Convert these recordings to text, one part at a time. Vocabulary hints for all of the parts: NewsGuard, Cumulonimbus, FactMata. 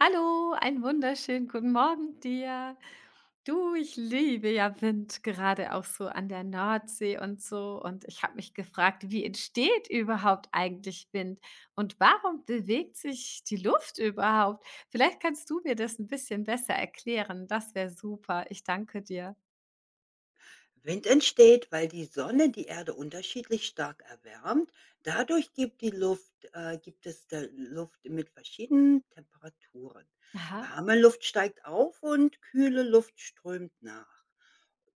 Hallo, einen wunderschönen guten Morgen dir. Du, ich liebe ja Wind, gerade auch so an der Nordsee und so. Und ich habe mich gefragt, wie entsteht überhaupt eigentlich Wind und warum bewegt sich die Luft überhaupt? Vielleicht kannst du mir das ein bisschen besser erklären. Das wäre super. Ich danke dir. Wind entsteht, weil die Sonne die Erde unterschiedlich stark erwärmt. Dadurch gibt, die Luft, gibt es der Luft mit verschiedenen Temperaturen. Aha, Warme Luft steigt auf und kühle Luft strömt nach,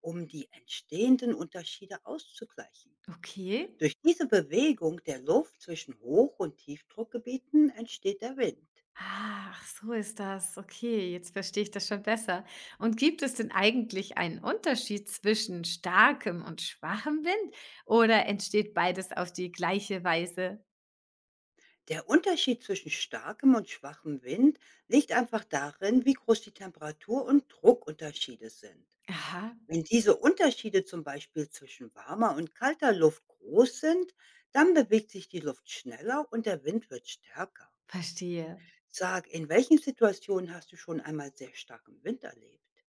um die entstehenden Unterschiede auszugleichen. okay. Durch diese Bewegung der Luft zwischen Hoch- und Tiefdruckgebieten entsteht der Wind. Ach, so ist das. Okay, jetzt verstehe ich das schon besser. Und gibt es denn eigentlich einen Unterschied zwischen starkem und schwachem Wind oder entsteht beides auf die gleiche Weise? Der Unterschied zwischen starkem und schwachem Wind liegt einfach darin, wie groß die Temperatur- und Druckunterschiede sind. Aha, Wenn diese Unterschiede zum Beispiel zwischen warmer und kalter Luft groß sind, dann bewegt sich die Luft schneller und der Wind wird stärker. verstehe. Sag, in welchen Situationen hast du schon einmal sehr starken Wind erlebt?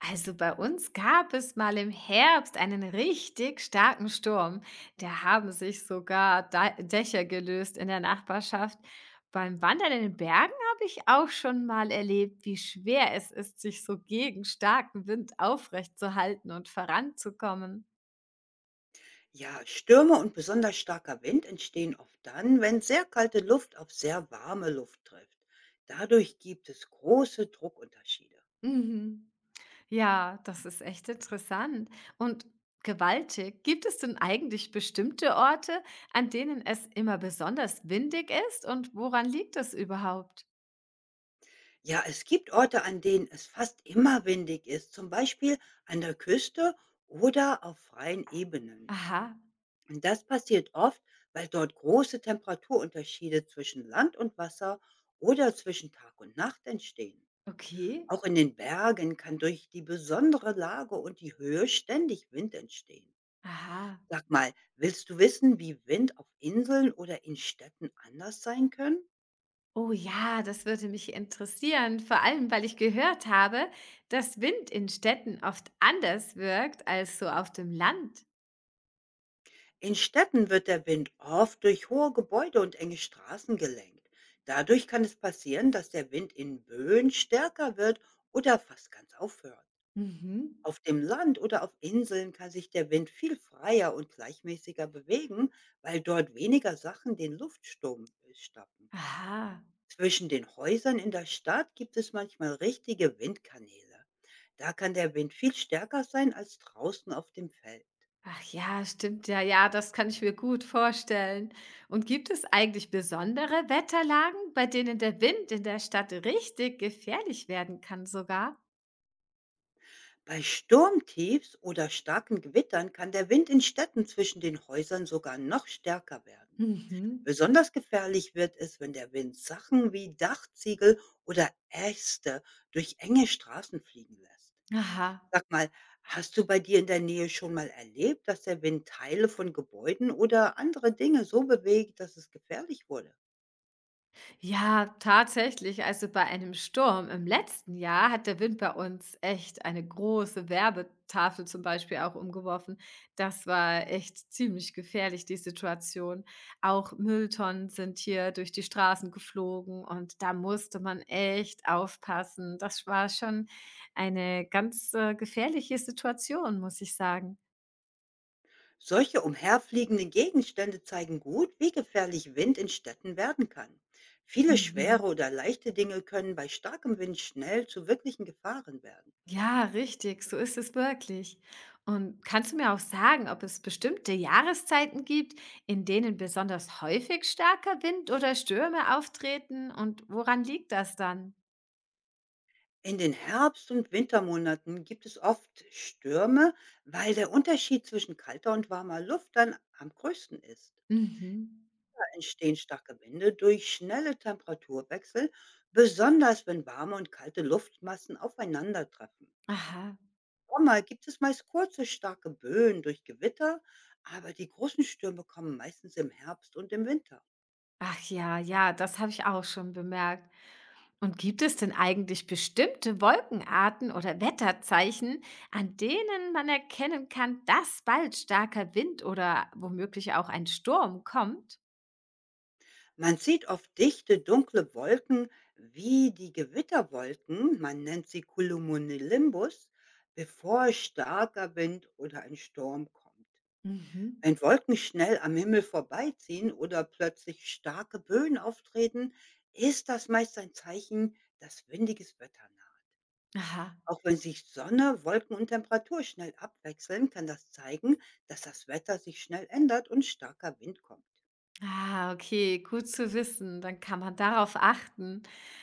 Also bei uns gab es mal im Herbst einen richtig starken Sturm. Da haben sich sogar Dächer gelöst in der Nachbarschaft. Beim Wandern in den Bergen habe ich auch schon mal erlebt, wie schwer es ist, sich so gegen starken Wind aufrecht zu halten und voranzukommen. Ja, Stürme und besonders starker Wind entstehen oft dann, wenn sehr kalte Luft auf sehr warme Luft trifft. Dadurch gibt es große Druckunterschiede. Mhm. Ja, das ist echt interessant und gewaltig. Gibt es denn eigentlich bestimmte Orte, an denen es immer besonders windig ist und woran liegt das überhaupt? Ja, es gibt Orte, an denen es fast immer windig ist, zum Beispiel an der Küste oder auf freien Ebenen. Aha, Und das passiert oft, weil dort große Temperaturunterschiede zwischen Land und Wasser oder zwischen Tag und Nacht entstehen. okay. Auch in den Bergen kann durch die besondere Lage und die Höhe ständig Wind entstehen. Aha. Sag mal, willst du wissen, wie Wind auf Inseln oder in Städten anders sein können? Oh ja, das würde mich interessieren, vor allem weil ich gehört habe, dass Wind in Städten oft anders wirkt als so auf dem Land. In Städten wird der Wind oft durch hohe Gebäude und enge Straßen gelenkt. Dadurch kann es passieren, dass der Wind in Böen stärker wird oder fast ganz aufhört. Mhm. Auf dem Land oder auf Inseln kann sich der Wind viel freier und gleichmäßiger bewegen, weil dort weniger Sachen den Luftsturm stoppen. Aha. Zwischen den Häusern in der Stadt gibt es manchmal richtige Windkanäle. Da kann der Wind viel stärker sein als draußen auf dem Feld. Ach ja, stimmt ja, ja, das kann ich mir gut vorstellen. Und gibt es eigentlich besondere Wetterlagen, bei denen der Wind in der Stadt richtig gefährlich werden kann sogar? Bei Sturmtiefs oder starken Gewittern kann der Wind in Städten zwischen den Häusern sogar noch stärker werden. Mhm. Besonders gefährlich wird es, wenn der Wind Sachen wie Dachziegel oder Äste durch enge Straßen fliegen lässt. Aha. Sag mal, hast du bei dir in der Nähe schon mal erlebt, dass der Wind Teile von Gebäuden oder andere Dinge so bewegt, dass es gefährlich wurde? Ja, tatsächlich. Also bei einem Sturm im letzten Jahr hat der Wind bei uns echt eine große Werbetafel zum Beispiel auch umgeworfen. Das war echt ziemlich gefährlich, die Situation. Auch Mülltonnen sind hier durch die Straßen geflogen und da musste man echt aufpassen. Das war schon eine ganz gefährliche Situation, muss ich sagen. Solche umherfliegenden Gegenstände zeigen gut, wie gefährlich Wind in Städten werden kann. Viele Mhm. schwere oder leichte Dinge können bei starkem Wind schnell zu wirklichen Gefahren werden. Ja, richtig, so ist es wirklich. Und kannst du mir auch sagen, ob es bestimmte Jahreszeiten gibt, in denen besonders häufig starker Wind oder Stürme auftreten und woran liegt das dann? In den Herbst- und Wintermonaten gibt es oft Stürme, weil der Unterschied zwischen kalter und warmer Luft dann am größten ist. Mhm. Da entstehen starke Winde durch schnelle Temperaturwechsel, besonders wenn warme und kalte Luftmassen aufeinandertreffen. Im Aha. Sommer gibt es meist kurze, starke Böen durch Gewitter, aber die großen Stürme kommen meistens im Herbst und im Winter. Ach ja, ja, das habe ich auch schon bemerkt. Und gibt es denn eigentlich bestimmte Wolkenarten oder Wetterzeichen, an denen man erkennen kann, dass bald starker Wind oder womöglich auch ein Sturm kommt? Man sieht oft dichte, dunkle Wolken wie die Gewitterwolken, man nennt sie Cumulonimbus, bevor starker Wind oder ein Sturm kommt. Mhm. Wenn Wolken schnell am Himmel vorbeiziehen oder plötzlich starke Böen auftreten, ist das meist ein Zeichen, dass windiges Wetter naht. Aha. Auch wenn sich Sonne, Wolken und Temperatur schnell abwechseln, kann das zeigen, dass das Wetter sich schnell ändert und starker Wind kommt. Ah, okay, gut zu wissen. Dann kann man darauf achten.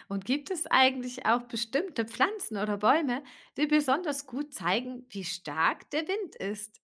Und gibt es eigentlich auch bestimmte Pflanzen oder Bäume, die besonders gut zeigen, wie stark der Wind ist?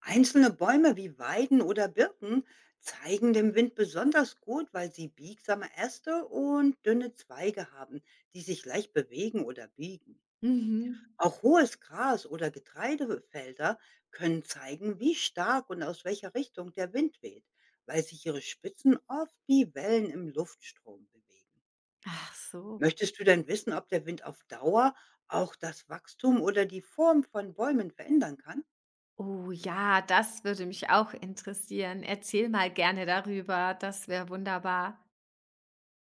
Einzelne Bäume wie Weiden oder Birken zeigen dem Wind besonders gut, weil sie biegsame Äste und dünne Zweige haben, die sich leicht bewegen oder biegen. Mhm. Auch hohes Gras oder Getreidefelder können zeigen, wie stark und aus welcher Richtung der Wind weht, weil sich ihre Spitzen oft wie Wellen im Luftstrom bewegen. Ach so. Möchtest du denn wissen, ob der Wind auf Dauer auch das Wachstum oder die Form von Bäumen verändern kann? Oh ja, das würde mich auch interessieren. Erzähl mal gerne darüber. Das wäre wunderbar.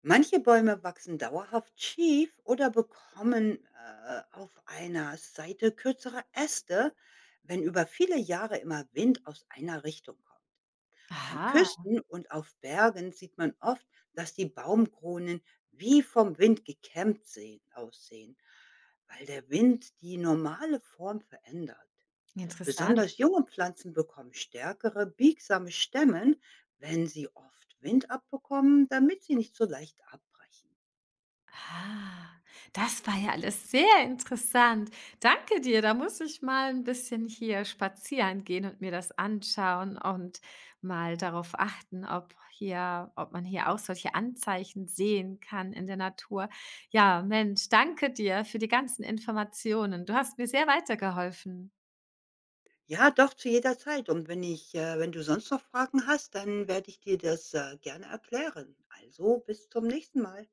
Manche Bäume wachsen dauerhaft schief oder bekommen auf einer Seite kürzere Äste, wenn über viele Jahre immer Wind aus einer Richtung kommt. An Aha, Küsten und auf Bergen sieht man oft, dass die Baumkronen wie vom Wind gekämmt sehen, aussehen, weil der Wind die normale Form verändert. interessant. Besonders junge Pflanzen bekommen stärkere, biegsame Stämmen, wenn sie oft Wind abbekommen, damit sie nicht so leicht abbrechen. Ah, das war ja alles sehr interessant. Danke dir. Da muss ich mal ein bisschen hier spazieren gehen und mir das anschauen und mal darauf achten, ob hier ob man hier auch solche Anzeichen sehen kann in der Natur. Ja, Mensch, danke dir für die ganzen Informationen. Du hast mir sehr weitergeholfen. Ja, doch, zu jeder Zeit. Und wenn ich wenn du sonst noch Fragen hast, dann werde ich dir das, gerne erklären. Also, bis zum nächsten Mal.